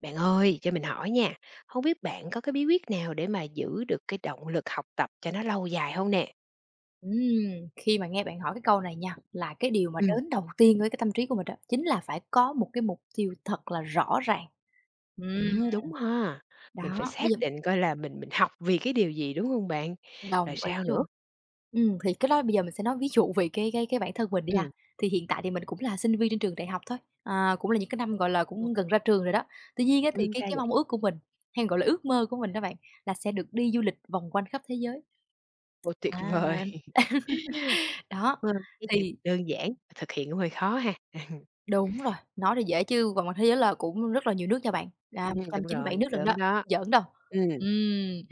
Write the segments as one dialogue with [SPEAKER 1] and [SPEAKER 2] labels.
[SPEAKER 1] Bạn ơi, cho mình hỏi nha, không biết bạn có cái bí quyết nào để mà giữ được cái động lực học tập cho nó lâu dài không nè?
[SPEAKER 2] Ừm, Khi mà nghe bạn hỏi cái câu này nha, là cái điều mà
[SPEAKER 1] Ừm.
[SPEAKER 2] đến đầu tiên với cái tâm trí của mình á, chính là phải có một cái mục tiêu thật là rõ ràng. Ừm,
[SPEAKER 1] Đúng ha, mình
[SPEAKER 2] Đó,
[SPEAKER 1] phải
[SPEAKER 2] bây
[SPEAKER 1] xác
[SPEAKER 2] giờ
[SPEAKER 1] định coi là mình học vì cái điều gì, đúng không bạn?
[SPEAKER 2] đồng
[SPEAKER 1] Rồi
[SPEAKER 2] ý
[SPEAKER 1] sao nữa?
[SPEAKER 2] luôn. Thì cái đó bây giờ mình sẽ nói ví dụ về cái bản thân mình đi ha.
[SPEAKER 1] Ừm,
[SPEAKER 2] Thì hiện tại thì mình cũng là sinh viên trên trường đại học thôi, cũng là những cái năm, gọi là,
[SPEAKER 1] Ừm,
[SPEAKER 2] cũng gần ra trường rồi đó. Tuy nhiên á, thì cái
[SPEAKER 1] Sao
[SPEAKER 2] cái
[SPEAKER 1] vậy?
[SPEAKER 2] mong ước của mình, hay gọi là ước mơ của mình đó bạn, là sẽ được đi du lịch vòng quanh khắp thế giới.
[SPEAKER 1] Ô, tuyệt
[SPEAKER 2] À,
[SPEAKER 1] vời!
[SPEAKER 2] đó,
[SPEAKER 1] Ờ. Cái chừng
[SPEAKER 2] thì
[SPEAKER 1] đơn giản, thực hiện cũng hơi khó ha.
[SPEAKER 2] đúng rồi, nói thì dễ chứ vòng ngoài thế giới là cũng rất là nhiều nước nha bạn, là
[SPEAKER 1] Đúng
[SPEAKER 2] 197
[SPEAKER 1] rồi,
[SPEAKER 2] nước lận đó,
[SPEAKER 1] gớm
[SPEAKER 2] không
[SPEAKER 1] đó.
[SPEAKER 2] giỡn đâu.
[SPEAKER 1] Ừm,
[SPEAKER 2] Ừm,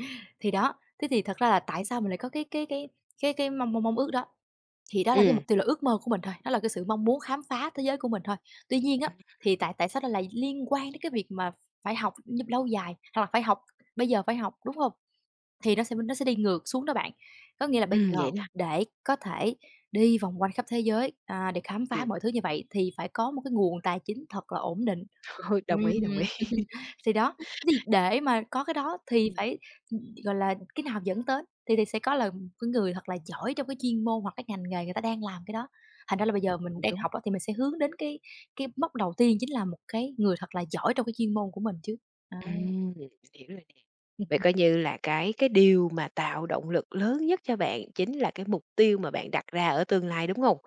[SPEAKER 2] thì đó, thế thì thật ra là tại sao mình lại có cái mong mong mong ước đó, thì đó là cái
[SPEAKER 1] ừm,
[SPEAKER 2] mục tiêu là ước mơ của mình thôi, đó là cái sự mong muốn khám phá thế giới của mình thôi. Tuy nhiên á, thì tại tại sao nó lại liên quan đến cái việc mà phải học như lâu dài, hoặc là phải học bây giờ phải học, đúng không, thì nó sẽ đi ngược xuống đó bạn. Có nghĩa là bây giờ
[SPEAKER 1] Vậy nè.
[SPEAKER 2] để có thể đi vòng quanh khắp thế giới, để khám phá
[SPEAKER 1] Ừm,
[SPEAKER 2] mọi thứ như vậy thì phải có một cái nguồn tài chính thật là ổn định.
[SPEAKER 1] Thôi,
[SPEAKER 2] Ừm,
[SPEAKER 1] đồng ý,
[SPEAKER 2] thì đó, thì để mà có cái đó thì phải, gọi là, cái nào dẫn tới thì sẽ có là một cái người thật là giỏi trong cái chuyên môn hoặc cái ngành nghề người ta đang làm cái đó. Thành ra là bây giờ mình
[SPEAKER 1] cũng
[SPEAKER 2] đang
[SPEAKER 1] đúng.
[SPEAKER 2] học á thì mình sẽ hướng đến cái mốc đầu tiên chính là một cái người thật là giỏi trong cái chuyên môn của mình chứ. À.
[SPEAKER 1] Ừm, hiểu rồi. Vậy coi như là cái điều mà tạo động lực lớn nhất cho bạn chính là cái mục tiêu mà bạn đặt ra ở tương lai, đúng không?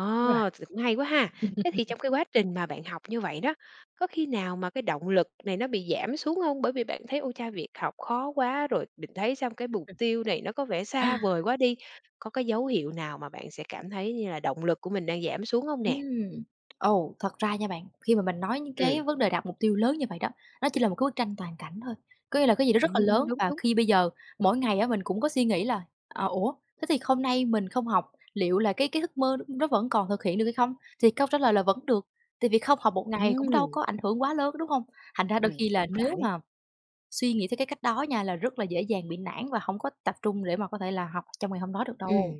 [SPEAKER 2] Đúng rồi.
[SPEAKER 1] thì cũng hay quá ha. Thế thì trong cái quá trình mà bạn học như vậy đó, có khi nào mà cái động lực này nó bị giảm xuống không? Bởi vì bạn thấy, ôi cha, việc học khó quá rồi mình thấy xong cái mục tiêu này nó có vẻ xa vời quá đi. Có cái dấu hiệu nào mà bạn sẽ cảm thấy như là động lực của mình đang giảm xuống không nè?
[SPEAKER 2] Ừm. Ồ, thật ra nha bạn, khi mà mình nói những
[SPEAKER 1] Ừm,
[SPEAKER 2] cái vấn đề đặt mục tiêu lớn như vậy đó, nó chỉ là một cái bức tranh toàn cảnh thôi, có nghĩa là cái gì đó rất là lớn
[SPEAKER 1] Đúng,
[SPEAKER 2] và
[SPEAKER 1] đúng.
[SPEAKER 2] khi bây giờ mỗi ngày á mình cũng có suy nghĩ là, "Ủa, thế thì hôm nay mình không học, liệu là cái ước mơ nó vẫn còn thực hiện được hay không?" Thì câu trả lời là vẫn được, tại vì không học một ngày cũng đâu
[SPEAKER 1] Ừm,
[SPEAKER 2] có ảnh hưởng quá lớn, đúng không? Thành ra đôi khi là
[SPEAKER 1] Cũng phải.
[SPEAKER 2] nếu mà suy nghĩ theo cái cách đó nha là rất là dễ dàng bị nản và không có tập trung để mà có thể là học trong ngày hôm đó được đâu.
[SPEAKER 1] Ừm.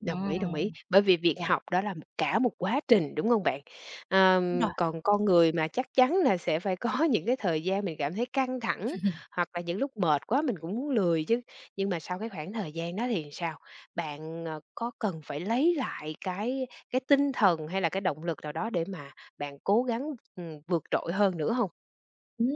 [SPEAKER 2] Ừm,
[SPEAKER 1] Đồng ý, bởi vì việc
[SPEAKER 2] dạ
[SPEAKER 1] học đó là một cả một quá trình, đúng không bạn?
[SPEAKER 2] đúng rồi.
[SPEAKER 1] Còn con người mà chắc chắn là sẽ phải có những cái thời gian mình cảm thấy căng thẳng, hoặc là những lúc mệt quá mình cũng muốn lười chứ. Nhưng mà sau cái khoảng thời gian đó thì sao? Bạn, có cần phải lấy lại cái tinh thần hay là cái động lực nào đó để mà bạn cố gắng, vượt trội hơn nữa không?
[SPEAKER 2] Ừm,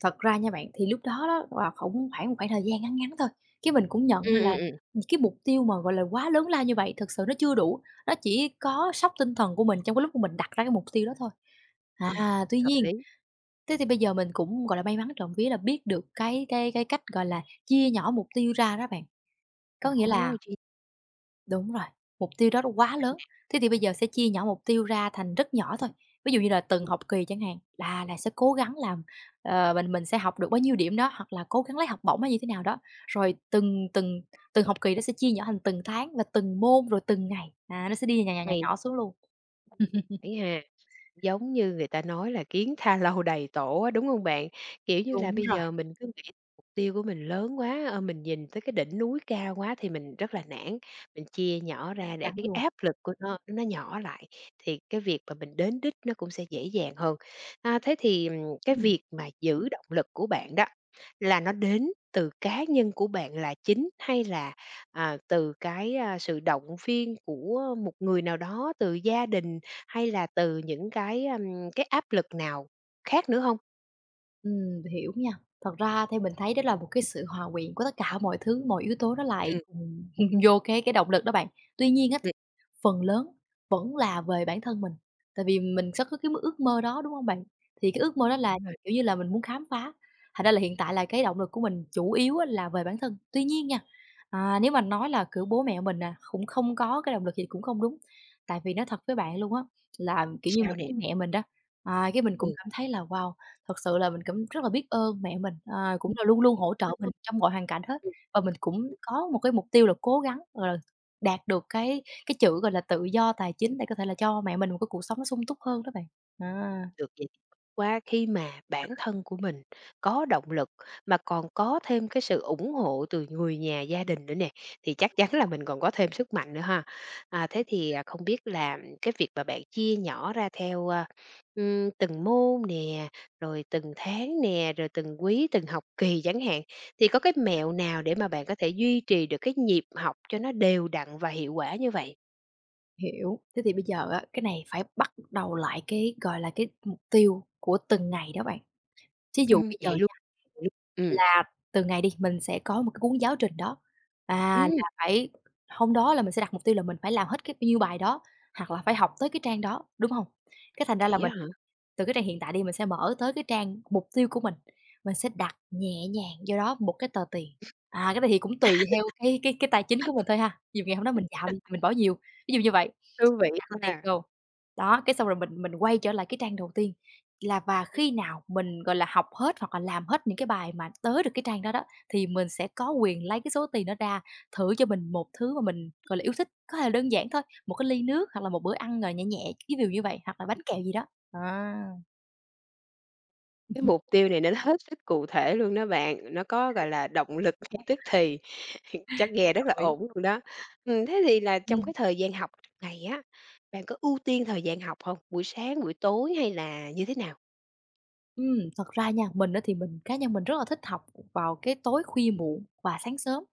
[SPEAKER 2] Thật ra nha bạn, thì lúc đó đó là cũng khoảng một khoảng thời gian ngắn ngắn thôi, cái mình cũng nhận
[SPEAKER 1] Ừm,
[SPEAKER 2] ra là
[SPEAKER 1] ừm, ừm,
[SPEAKER 2] những cái mục tiêu mà, gọi là, quá lớn lao như vậy thực sự nó chưa đủ, nó chỉ có sóc tinh thần của mình trong cái lúc mà mình đặt ra cái mục tiêu đó thôi.
[SPEAKER 1] ừm,
[SPEAKER 2] À, tuy
[SPEAKER 1] Hợp
[SPEAKER 2] nhiên,
[SPEAKER 1] lý.
[SPEAKER 2] thế thì bây giờ mình cũng, gọi là, may mắn trộm vía là biết được cái cách, gọi là, chia nhỏ mục tiêu ra đó bạn. Có nghĩa
[SPEAKER 1] Ồ,
[SPEAKER 2] là
[SPEAKER 1] chi
[SPEAKER 2] đúng rồi, mục tiêu đó nó quá lớn. Thế thì bây giờ sẽ chia nhỏ mục tiêu ra thành rất nhỏ thôi. Ví dụ như là từng học kỳ chẳng hạn, là sẽ cố gắng làm, mình sẽ học được bao nhiêu điểm đó, hoặc là cố gắng lấy học bổng hay như thế nào đó. Rồi từng từng từng học kỳ đó sẽ chia nhỏ thành từng tháng và từng môn, rồi từng ngày. À, nó sẽ đi nhỏ, nhỏ, nhỏ,
[SPEAKER 1] hay,
[SPEAKER 2] nhỏ xuống luôn.
[SPEAKER 1] phải ha. Giống như người ta nói là "Kiến tha lâu đầy tổ" á, đúng hông bạn? Kiểu như là,
[SPEAKER 2] Đúng
[SPEAKER 1] bây
[SPEAKER 2] rồi,
[SPEAKER 1] giờ mình cứ nghĩ mục tiêu của mình lớn quá, mình nhìn tới cái đỉnh núi cao quá thì mình rất là nản, mình chia nhỏ
[SPEAKER 2] chắc
[SPEAKER 1] ra để
[SPEAKER 2] chắn
[SPEAKER 1] cái
[SPEAKER 2] luôn.
[SPEAKER 1] áp lực của nó nhỏ lại, thì cái việc mà mình đến đích nó cũng sẽ dễ dàng hơn. À, thế thì, cái
[SPEAKER 2] Ừm.
[SPEAKER 1] việc mà giữ động lực của bạn đó, là nó đến từ cá nhân của bạn là chính hay là, à, từ cái, sự động viên của một người nào đó, từ gia đình hay là từ những cái, cái áp lực nào khác nữa hông?
[SPEAKER 2] Hiểu nha. Thật ra theo mình thấy đó là một cái sự hòa quyện của tất cả mọi thứ, mọi yếu tố nó lại
[SPEAKER 1] Ừm,
[SPEAKER 2] cùng vô cái động lực đó bạn. Tuy nhiên á thì
[SPEAKER 1] ừm,
[SPEAKER 2] phần lớn vẫn là về bản thân mình, tại vì mình sẽ có cái ước mơ đó, đúng không bạn? Thì cái ước mơ đó là,
[SPEAKER 1] Đúng rồi.
[SPEAKER 2] kiểu như là, mình muốn khám phá, thành ra là hiện tại là cái động lực của mình chủ yếu á là về bản thân. Tuy nhiên nha, nếu mà nói là, kiểu, bố mẹ mình, cũng không có cái động lực gì cũng không đúng, tại vì nói thật với bạn luôn á là, kiểu như,
[SPEAKER 1] Sao
[SPEAKER 2] mình
[SPEAKER 1] nè?
[SPEAKER 2] thấy mẹ mình đó, cái mình
[SPEAKER 1] Ừ.
[SPEAKER 2] cũng cảm thấy là "Wow, thật sự là mình cũng rất là biết ơn mẹ mình, cũng
[SPEAKER 1] Ừm.
[SPEAKER 2] là luôn luôn hỗ trợ
[SPEAKER 1] Ờ, ờ.
[SPEAKER 2] mình trong mọi hoàn cảnh hết.
[SPEAKER 1] Ừm.
[SPEAKER 2] Và mình cũng có một cái mục tiêu là cố gắng, gọi là, đạt được cái chữ, gọi là, tự do tài chính để có thể là cho mẹ mình một cái cuộc sống nó sung túc hơn đó bạn. À,
[SPEAKER 1] Được vậy thì tốt quá, khi mà bản thân của mình có động lực mà còn có thêm cái sự ủng hộ từ người nhà, gia đình nữa nè, thì chắc chắn là mình còn có thêm sức mạnh nữa ha. À, thế thì, à, không biết là cái việc mà bạn chia nhỏ ra theo, từng môn nè, rồi từng tháng nè, rồi từng quý, từng học kỳ chẳng hạn, thì có cái mẹo nào để mà bạn có thể duy trì được cái nhịp học cho nó đều đặn và hiệu quả như vậy?
[SPEAKER 2] Hiểu. Thế thì bây giờ á, cái này phải bắt đầu lại cái, gọi là, cái mục tiêu của từng ngày đó bạn. Thí dụ bây giờ
[SPEAKER 1] Vậy luôn? Ừ.
[SPEAKER 2] là từ ngày đi, mình sẽ có một cái cuốn giáo trình đó, à,
[SPEAKER 1] ừm,
[SPEAKER 2] là phải hôm đó là mình sẽ đặt mục tiêu là mình phải làm hết cái bao nhiêu bài đó, hoặc là phải học tới cái trang đó, đúng hông? Cái thành ra là
[SPEAKER 1] Vậy
[SPEAKER 2] mình
[SPEAKER 1] á hả?
[SPEAKER 2] từ cái trang hiện tại đi mình sẽ mở tới cái trang mục tiêu của mình sẽ đặt nhẹ nhàng vô đó một cái tờ tiền. À, cái này thì cũng tùy theo cái tài chính của mình thôi ha, ví dụ ngày hôm đó mình giàu đi thì mình bỏ nhiều, ví dụ như vậy.
[SPEAKER 1] Thú vị
[SPEAKER 2] Cho tiền
[SPEAKER 1] ha.
[SPEAKER 2] vô. Đó, cái xong rồi mình quay trở lại cái trang đầu tiên là và khi nào mình, gọi là, học hết hoặc là làm hết những cái bài mà tới được cái trang đó đó, thì mình sẽ có quyền lấy cái số tiền đó ra thử cho mình một thứ mà mình, gọi là, yêu thích. Có thể là đơn giản thôi, một cái ly nước hoặc là một bữa ăn, nhẹ nhẹ, cái điều như vậy, hoặc là bánh kẹo gì đó. À,
[SPEAKER 1] Cái mục tiêu này nó hết sức cụ thể luôn đó bạn, nó có, gọi là, động lực ngay tức thì, chắc nghe rất
[SPEAKER 2] đồng
[SPEAKER 1] là
[SPEAKER 2] ý.
[SPEAKER 1] ổn luôn đó. Thế thì là trong
[SPEAKER 2] ừm,
[SPEAKER 1] cái thời gian học này á, bạn có ưu tiên thời gian học không? Buổi sáng, buổi tối hay là như thế nào?
[SPEAKER 2] thật ra nha, mình á thì mình cá nhân mình rất là thích học vào cái tối khuya muộn và sáng sớm.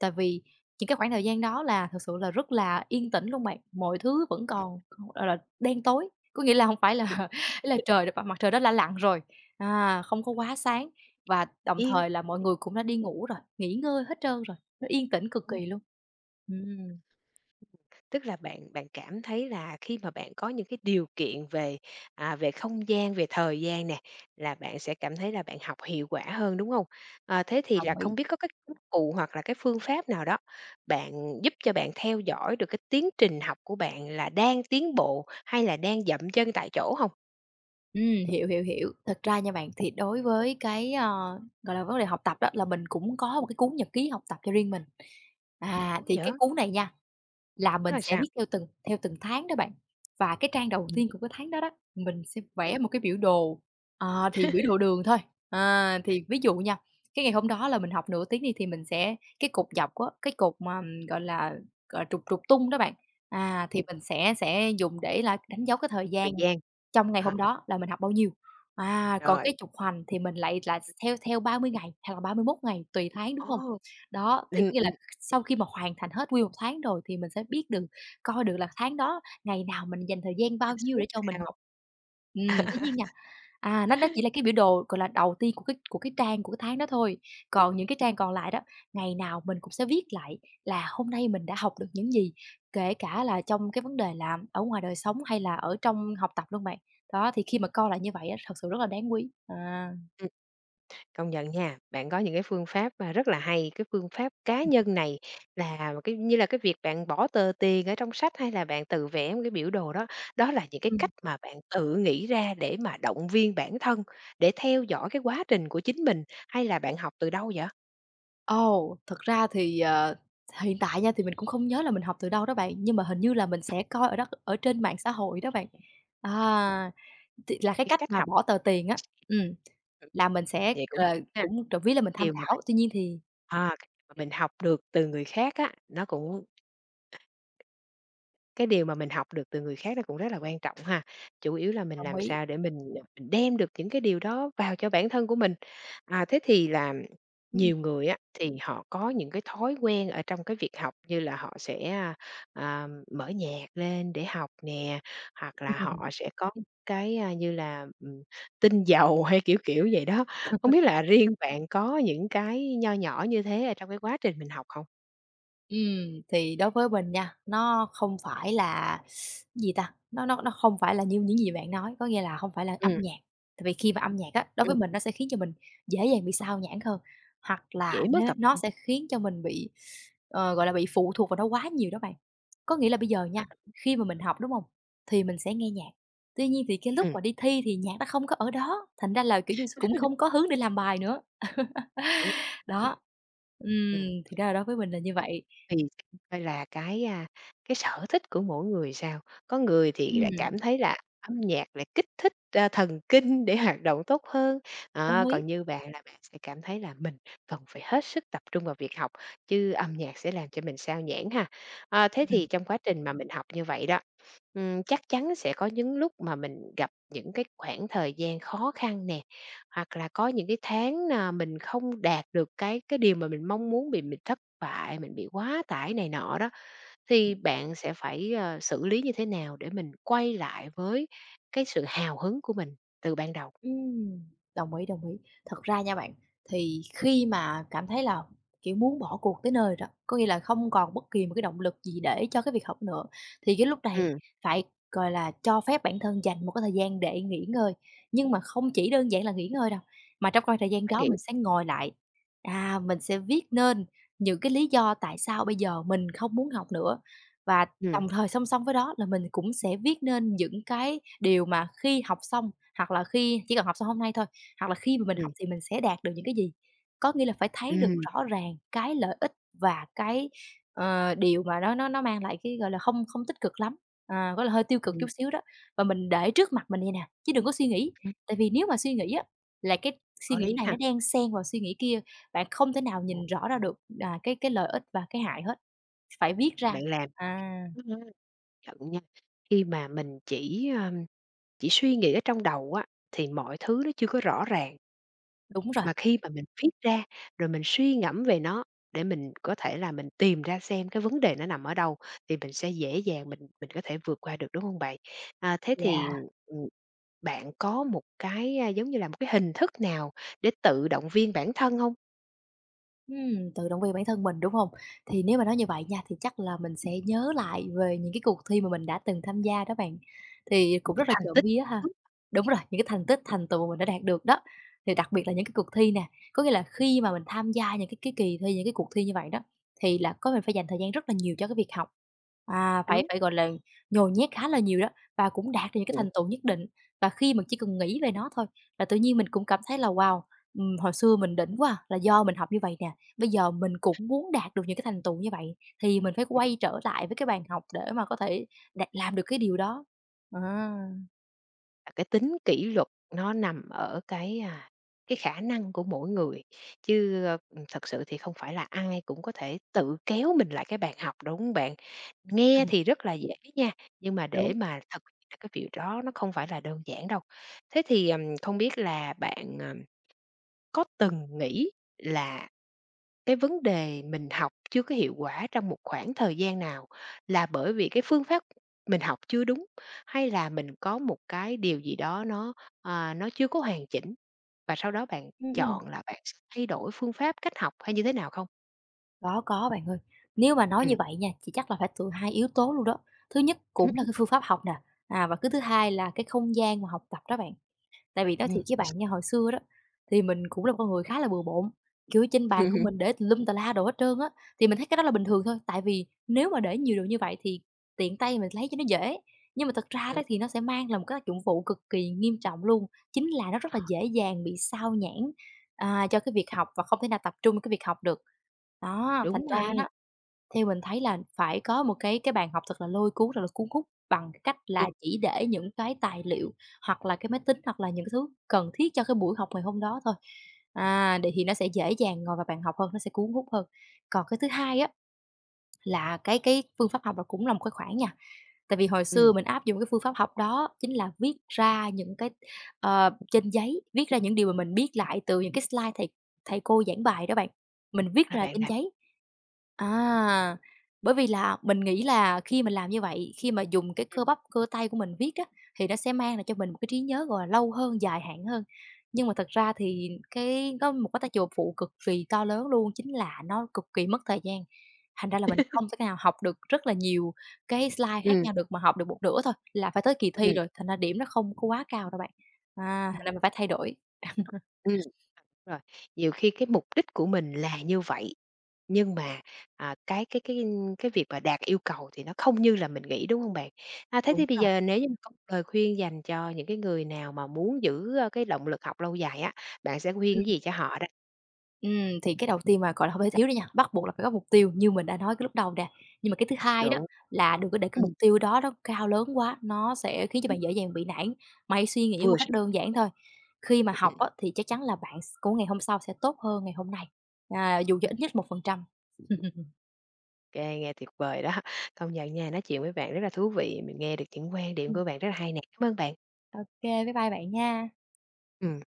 [SPEAKER 2] Tại vì những cái khoảng thời gian đó là thực sự là rất là yên tĩnh luôn bạn, mọi thứ vẫn còn, gọi là, đen tối, có nghĩa là không phải là ý là trời mặt trời đã lặn rồi, không có quá sáng và đồng
[SPEAKER 1] Yên.
[SPEAKER 2] thời là mọi người cũng đã đi ngủ rồi, nghỉ ngơi hết trơn rồi, nó yên tĩnh cực kỳ luôn. Ừm,
[SPEAKER 1] Tức là bạn bạn cảm thấy là khi mà bạn có những cái điều kiện về, à, về không gian, về thời gian nè, là bạn sẽ cảm thấy là bạn học hiệu quả hơn, đúng không? Ờ, thế thì là
[SPEAKER 2] đồng ý.
[SPEAKER 1] không biết có cái công cụ hoặc là cái phương pháp nào đó bạn giúp cho bạn theo dõi được cái tiến trình học của bạn là đang tiến bộ hay là đang dậm chân tại chỗ không?
[SPEAKER 2] Ừm, hiểu, hiểu, hiểu. Thật ra nha bạn, thì đối với cái, gọi là, vấn đề học tập đó là mình cũng có một cái cuốn nhật ký học tập cho riêng mình.
[SPEAKER 1] Hay
[SPEAKER 2] À,
[SPEAKER 1] quá
[SPEAKER 2] thì cái
[SPEAKER 1] vậy,
[SPEAKER 2] cuốn này nha, là
[SPEAKER 1] đúng
[SPEAKER 2] mình
[SPEAKER 1] là
[SPEAKER 2] sẽ
[SPEAKER 1] sao?
[SPEAKER 2] viết theo từng tháng đó bạn, và cái trang đầu
[SPEAKER 1] Ừm.
[SPEAKER 2] tiên của cái tháng đó đó, mình sẽ
[SPEAKER 1] Ừm,
[SPEAKER 2] vẽ một cái biểu đồ, thì
[SPEAKER 1] ừm,
[SPEAKER 2] biểu đồ đường thôi. À, thì ví dụ nha, cái ngày hôm đó là mình học nửa tiếng đi thì mình sẽ cái cột dọc á, cái cột mà, gọi là, trục trục tung đó bạn, thì mình sẽ dùng để là đánh dấu cái thời gian
[SPEAKER 1] thời gian,
[SPEAKER 2] trong ngày
[SPEAKER 1] à,
[SPEAKER 2] hôm đó là mình học bao nhiêu. À, còn
[SPEAKER 1] rồi,
[SPEAKER 2] cái trục hoành thì mình lại là theo theo 30 ngày hoặc là 31 ngày tùy tháng, đúng
[SPEAKER 1] ồ,
[SPEAKER 2] hông? Đó, thì
[SPEAKER 1] ừm,
[SPEAKER 2] có nghĩa là
[SPEAKER 1] ừm,
[SPEAKER 2] sau khi mà hoàn thành hết nguyên một tháng rồi thì mình sẽ biết được, coi được là tháng đó ngày nào mình dành thời gian bao nhiêu để cho mình
[SPEAKER 1] sao?
[SPEAKER 2] học. Tuy nhiên nha, nó chỉ là cái biểu đồ, gọi là, đầu tiên của cái trang của cái tháng đó thôi, còn những cái trang còn lại đó, ngày nào mình cũng sẽ viết lại là hôm nay mình đã học được những gì, kể cả là trong cái vấn đề là ở ngoài đời sống hay là ở trong học tập luôn bạn. Đó, thì khi mà coi lại như vậy á, thật sự rất là đáng quý. À.
[SPEAKER 1] Công nhận nha, bạn có những cái phương pháp mà rất là hay, cái phương pháp cá nhân này là cái như là cái việc bạn bỏ tờ tiền ở trong sách hay là bạn tự vẽ một cái biểu đồ đó, đó là những cái
[SPEAKER 2] Ừm.
[SPEAKER 1] cách mà bạn tự nghĩ ra để mà động viên bản thân, để theo dõi cái quá trình của chính mình hay là bạn học từ đâu vậy?
[SPEAKER 2] Ồ, thật ra thì, hiện tại nha thì mình cũng không nhớ là mình học từ đâu đó bạn, nhưng mà hình như là mình sẽ coi ở đó ở trên mạng xã hội đó bạn. À, thì là cái
[SPEAKER 1] Cái
[SPEAKER 2] cách
[SPEAKER 1] cách
[SPEAKER 2] mà
[SPEAKER 1] học.
[SPEAKER 2] bỏ tờ tiền á, ừm, là mình sẽ,
[SPEAKER 1] Vậy cũng hay ha,
[SPEAKER 2] cũng trộm vía là mình tham
[SPEAKER 1] điều mà bạn
[SPEAKER 2] khảo, tuy nhiên thì
[SPEAKER 1] à, cái mà mình học được từ người khác á, nó cũng. Cái điều mà mình học được từ người khác nó cũng rất là quan trọng ha. Chủ yếu là mình
[SPEAKER 2] đồng
[SPEAKER 1] làm
[SPEAKER 2] ý.
[SPEAKER 1] sao để mình đem được những cái điều đó vào cho bản thân của mình. À, thế thì là
[SPEAKER 2] Ừm,
[SPEAKER 1] nhiều người á, thì họ có những cái thói quen ở trong cái việc học như là họ sẽ, mở nhạc lên để học nè, hoặc là
[SPEAKER 2] ừm.
[SPEAKER 1] họ sẽ có cái, như là, tinh dầu hay kiểu kiểu vậy đó. Không biết là riêng bạn có những cái nho nhỏ như thế ở trong cái quá trình mình học không?
[SPEAKER 2] Thì đối với mình nha, nó không phải là gì ta, nó không phải là như những gì bạn nói, có nghĩa là không phải là âm
[SPEAKER 1] Ừm,
[SPEAKER 2] nhạc. Tại vì khi mà âm nhạc á, đối với
[SPEAKER 1] ừm,
[SPEAKER 2] mình nó sẽ khiến cho mình dễ dàng bị sao nhãng hơn, hoặc
[SPEAKER 1] Dễ
[SPEAKER 2] là nó
[SPEAKER 1] mất tập
[SPEAKER 2] nó
[SPEAKER 1] trung
[SPEAKER 2] sẽ khiến cho mình bị, ờ, gọi là, bị phụ thuộc vào nó quá nhiều đó bạn. Có nghĩa là bây giờ
[SPEAKER 1] ha.
[SPEAKER 2] nha, khi mà mình học, đúng không? Thì mình sẽ nghe nhạc, tuy nhiên thì cái lúc mà đi thi thì nhạc nó không có ở đó, thành ra là, kiểu như, cũng không có hướng để làm bài nữa.
[SPEAKER 1] Đúng. Ừm.
[SPEAKER 2] Đó,
[SPEAKER 1] Ừm.
[SPEAKER 2] thì đó là đối với mình là như
[SPEAKER 1] Thật
[SPEAKER 2] vậy.
[SPEAKER 1] thì xem coi là cái, cái sở thích của mỗi người sao. Có người thì lại
[SPEAKER 2] Ừm,
[SPEAKER 1] cảm thấy là âm nhạc lại kích thích, thần kinh để hoạt động tốt hơn,
[SPEAKER 2] đồng
[SPEAKER 1] đó,
[SPEAKER 2] ý.
[SPEAKER 1] còn như bạn là bạn sẽ cảm thấy là mình cần phải hết sức tập trung vào việc học, chứ âm nhạc sẽ làm cho mình xao nhãng ha. Ờ, thế thì
[SPEAKER 2] Ừm.
[SPEAKER 1] trong quá trình mà mình học như vậy đó, chắc chắn sẽ có những lúc mà mình gặp những cái khoảng thời gian khó khăn nè, hoặc là có những cái tháng nà mình không đạt được cái điều mà mình mong muốn, bị mình thất bại, mình bị quá tải này nọ đó, thì bạn sẽ phải, xử lý như thế nào để mình quay lại với cái sự hào hứng của mình từ ban đầu?
[SPEAKER 2] Ừm. Đồng ý, đồng ý. Thật ra nha bạn, thì khi mà cảm thấy là, kiểu, muốn bỏ cuộc tới nơi rồi, có nghĩa là không còn bất kỳ một cái động lực gì để cho cái việc học nữa, thì cái lúc này
[SPEAKER 1] Ừm,
[SPEAKER 2] phải, gọi là, cho phép bản thân dành một cái thời gian để nghỉ ngơi. Nhưng mà không chỉ đơn giản là nghỉ ngơi đâu, mà trong khoảng thời gian
[SPEAKER 1] Bạn
[SPEAKER 2] đó
[SPEAKER 1] nghĩ.
[SPEAKER 2] mình sẽ ngồi lại, à, mình sẽ viết nên những cái lý do tại sao bây giờ mình không muốn học nữa và
[SPEAKER 1] ừm,
[SPEAKER 2] đồng thời song song với đó là mình cũng sẽ viết nên những cái điều mà khi học xong, hoặc là khi chỉ cần học xong hôm nay thôi, hoặc là khi mà mình học
[SPEAKER 1] ừm,
[SPEAKER 2] thì mình sẽ đạt được những cái gì. Có nghĩa là phải thấy được
[SPEAKER 1] ừm,
[SPEAKER 2] rõ ràng cái lợi ích và cái, ờ, điều mà nó mang lại cái, gọi là, không không tích cực lắm, à, gọi là, hơi tiêu cực chút
[SPEAKER 1] ừm,
[SPEAKER 2] xíu đó, và mình để trước mặt mình vậy nè, chứ đừng có suy nghĩ.
[SPEAKER 1] ừm,
[SPEAKER 2] Tại vì nếu mà suy nghĩ á, là cái suy
[SPEAKER 1] có
[SPEAKER 2] nghĩ
[SPEAKER 1] lý
[SPEAKER 2] này nó
[SPEAKER 1] ha.
[SPEAKER 2] đang xen vào suy nghĩ kia, bạn không thể nào
[SPEAKER 1] Ồ,
[SPEAKER 2] nhìn rõ ra được, à, cái lợi ích và cái hại hết, phải viết ra.
[SPEAKER 1] bạn làm.
[SPEAKER 2] À.
[SPEAKER 1] Ừ, nhận nha, khi mà mình chỉ suy nghĩ ở trong đầu á, thì mọi thứ nó chưa có rõ ràng.
[SPEAKER 2] Đúng rồi.
[SPEAKER 1] Mà khi mà mình viết ra, rồi mình suy ngẫm về nó để mình có thể là mình tìm ra xem cái vấn đề nó nằm ở đâu, thì mình sẽ dễ dàng mình có thể vượt qua được, đúng không bạn? À, thế thì,
[SPEAKER 2] Yeah.
[SPEAKER 1] ừm, bạn có một cái, giống như là, một cái hình thức nào để tự động viên bản thân không?
[SPEAKER 2] Tự động viên bản thân mình, đúng không? Thì nếu mà nói như vậy nha, thì chắc là mình sẽ nhớ lại về những cái cuộc thi mà mình đã từng tham gia đó bạn, thì cũng rất là
[SPEAKER 1] Thành
[SPEAKER 2] trộm
[SPEAKER 1] tích
[SPEAKER 2] vía ha. Đúng rồi, những cái thành tích, thành tựu mà mình đã đạt được đó, thì đặc biệt là những cái cuộc thi nè, có nghĩa là khi mà mình tham gia những cái kỳ thi, những cái cuộc thi như vậy đó, thì là có mình phải dành thời gian rất là nhiều cho cái việc học, à, phải
[SPEAKER 1] đúng.
[SPEAKER 2] phải, gọi là, nhồi nhét khá là nhiều đó, và cũng đạt được những cái
[SPEAKER 1] Ừm.
[SPEAKER 2] thành tựu nhất định. Và khi mình chỉ cần nghĩ về nó thôi là tự nhiên mình cũng cảm thấy là "Wow, hồi xưa mình đỉnh quá à, là do mình học như vậy nè." Bây giờ mình cũng muốn đạt được những cái thành tựu như vậy thì mình phải quay trở lại với cái bàn học để mà có thể đạt làm được cái điều đó. À.
[SPEAKER 1] À, cái tính kỷ luật nó nằm ở cái, à, cái khả năng của mỗi người, chứ, thật sự thì không phải là ai cũng có thể tự kéo mình lại cái bàn học, đúng hông bạn? Nghe
[SPEAKER 2] Ừm.
[SPEAKER 1] thì rất là dễ nha, nhưng mà để
[SPEAKER 2] Đúng.
[SPEAKER 1] mà thực hiện được cái việc đó nó không phải là đơn giản đâu. Thế thì, không biết là bạn, có từng nghĩ là cái vấn đề mình học chưa có hiệu quả trong một khoảng thời gian nào là bởi vì cái phương pháp mình học chưa đúng, hay là mình có một cái điều gì đó nó chưa có hoàn chỉnh? Và sau đó bạn
[SPEAKER 2] ừm, ừm,
[SPEAKER 1] chọn là bạn sẽ thay đổi phương pháp, cách học hay như thế nào không?
[SPEAKER 2] có bạn ơi. Nếu mà nói như
[SPEAKER 1] Ừm,
[SPEAKER 2] vậy nha, thì chắc là phải từ hai yếu tố luôn đó. Thứ nhất
[SPEAKER 1] ừm,
[SPEAKER 2] cũng là
[SPEAKER 1] ừm,
[SPEAKER 2] cái phương pháp học nè, à, và cái thứ hai là cái không gian mà học tập đó bạn. Tại vì nói thiệt với
[SPEAKER 1] yes.
[SPEAKER 2] bạn nha, hồi xưa đó, thì mình cũng là một con người khá là bừa bộn, kiểu, trên bàn của mình để tùm lum tà la đồ hết trơn á, thì mình thấy cái đó là bình thường thôi, tại vì nếu mà để nhiều đồ như vậy thì tiện tay mình lấy cho nó dễ. Nhưng mà thật ra
[SPEAKER 1] Ừ,
[SPEAKER 2] đó thì nó sẽ mang lại một cái tác dụng phụ cực kỳ nghiêm trọng luôn, chính là nó rất là dễ dàng bị xao nhãng, à, cho cái việc học và không thể nào tập trung cái việc học được. Đó, thành
[SPEAKER 1] đúng ha.
[SPEAKER 2] ra đó theo mình thấy là phải có một cái bàn học thật là lôi cuốn, thật là cuốn hút bằng cái cách là
[SPEAKER 1] Ừm,
[SPEAKER 2] chỉ để những cái tài liệu hoặc là cái máy tính, hoặc là những cái thứ cần thiết cho cái buổi học ngày hôm đó thôi. À, để thì nó sẽ dễ dàng ngồi vào bàn học hơn, nó sẽ cuốn hút hơn. Còn cái thứ hai á, là cái phương pháp học là cũng là một cái khoản nha. Tại vì hồi
[SPEAKER 1] ừm,
[SPEAKER 2] xưa mình áp dụng cái phương pháp học đó chính là viết ra những cái, ờ, trên giấy, viết ra những điều mà mình biết lại từ những cái slide thầy thầy cô giảng bài đó bạn, mình viết
[SPEAKER 1] là
[SPEAKER 2] ra
[SPEAKER 1] bạn
[SPEAKER 2] trên
[SPEAKER 1] làm.
[SPEAKER 2] giấy. À, bởi vì là mình nghĩ là khi mình làm như vậy, khi mà dùng cái
[SPEAKER 1] Ừm,
[SPEAKER 2] cơ bắp, cơ tay của mình viết á, thì nó sẽ mang lại cho mình một cái trí nhớ, gọi là, lâu hơn, dài hạn hơn. Nhưng mà thật ra thì cái có một cái tác dụng phụ cực kỳ to lớn luôn, chính là nó cực kỳ mất thời gian, thành ra là mình không thể nào học được rất là nhiều cái slide khác
[SPEAKER 1] ừm,
[SPEAKER 2] nhau được mà học được một nửa thôi là phải tới kỳ thi
[SPEAKER 1] ừm,
[SPEAKER 2] rồi, thành ra điểm nó không có quá cao đâu bạn. À, thành ra mình phải thay đổi.
[SPEAKER 1] ừm. Rồi, nhiều khi cái mục đích của mình là như vậy, nhưng mà, à, cái việc mà đạt yêu cầu thì nó không như là mình nghĩ, đúng không bạn? À, thế
[SPEAKER 2] Đúng
[SPEAKER 1] thì bây
[SPEAKER 2] rồi.
[SPEAKER 1] giờ nếu như mà có một lời khuyên dành cho những cái người nào mà muốn giữ, cái động lực học lâu dài á, bạn sẽ khuyên cái gì cho họ đây?
[SPEAKER 2] Thì cái đầu tiên mà, gọi là, không thể thiếu đi nha, bắt buộc là phải có mục tiêu như mình đã nói cái lúc đầu nè. Nhưng mà cái thứ hai đó
[SPEAKER 1] Đúng
[SPEAKER 2] là đừng có để cái
[SPEAKER 1] hông?
[SPEAKER 2] mục
[SPEAKER 1] Ừm,
[SPEAKER 2] tiêu đó đó cao lớn quá, nó sẽ khiến cho bạn dễ dàng bị nản. Mà hãy suy nghĩ một
[SPEAKER 1] vừa
[SPEAKER 2] cách
[SPEAKER 1] sức.
[SPEAKER 2] đơn giản thôi, khi mà
[SPEAKER 1] ừm,
[SPEAKER 2] học
[SPEAKER 1] ừm,
[SPEAKER 2] á thì chắc chắn là bạn s của ngày hôm sau sẽ tốt hơn ngày hôm nay, à, dù cho
[SPEAKER 1] ừm,
[SPEAKER 2] ít nhất 1%.
[SPEAKER 1] Kê, nghe tuyệt vời đó. Công nhận nha, nói chuyện với bạn rất là thú vị, mình nghe được những quan điểm của bạn rất là hay nè. Cảm ơn bạn.
[SPEAKER 2] OK, bye bye bạn nha.
[SPEAKER 1] Ừm.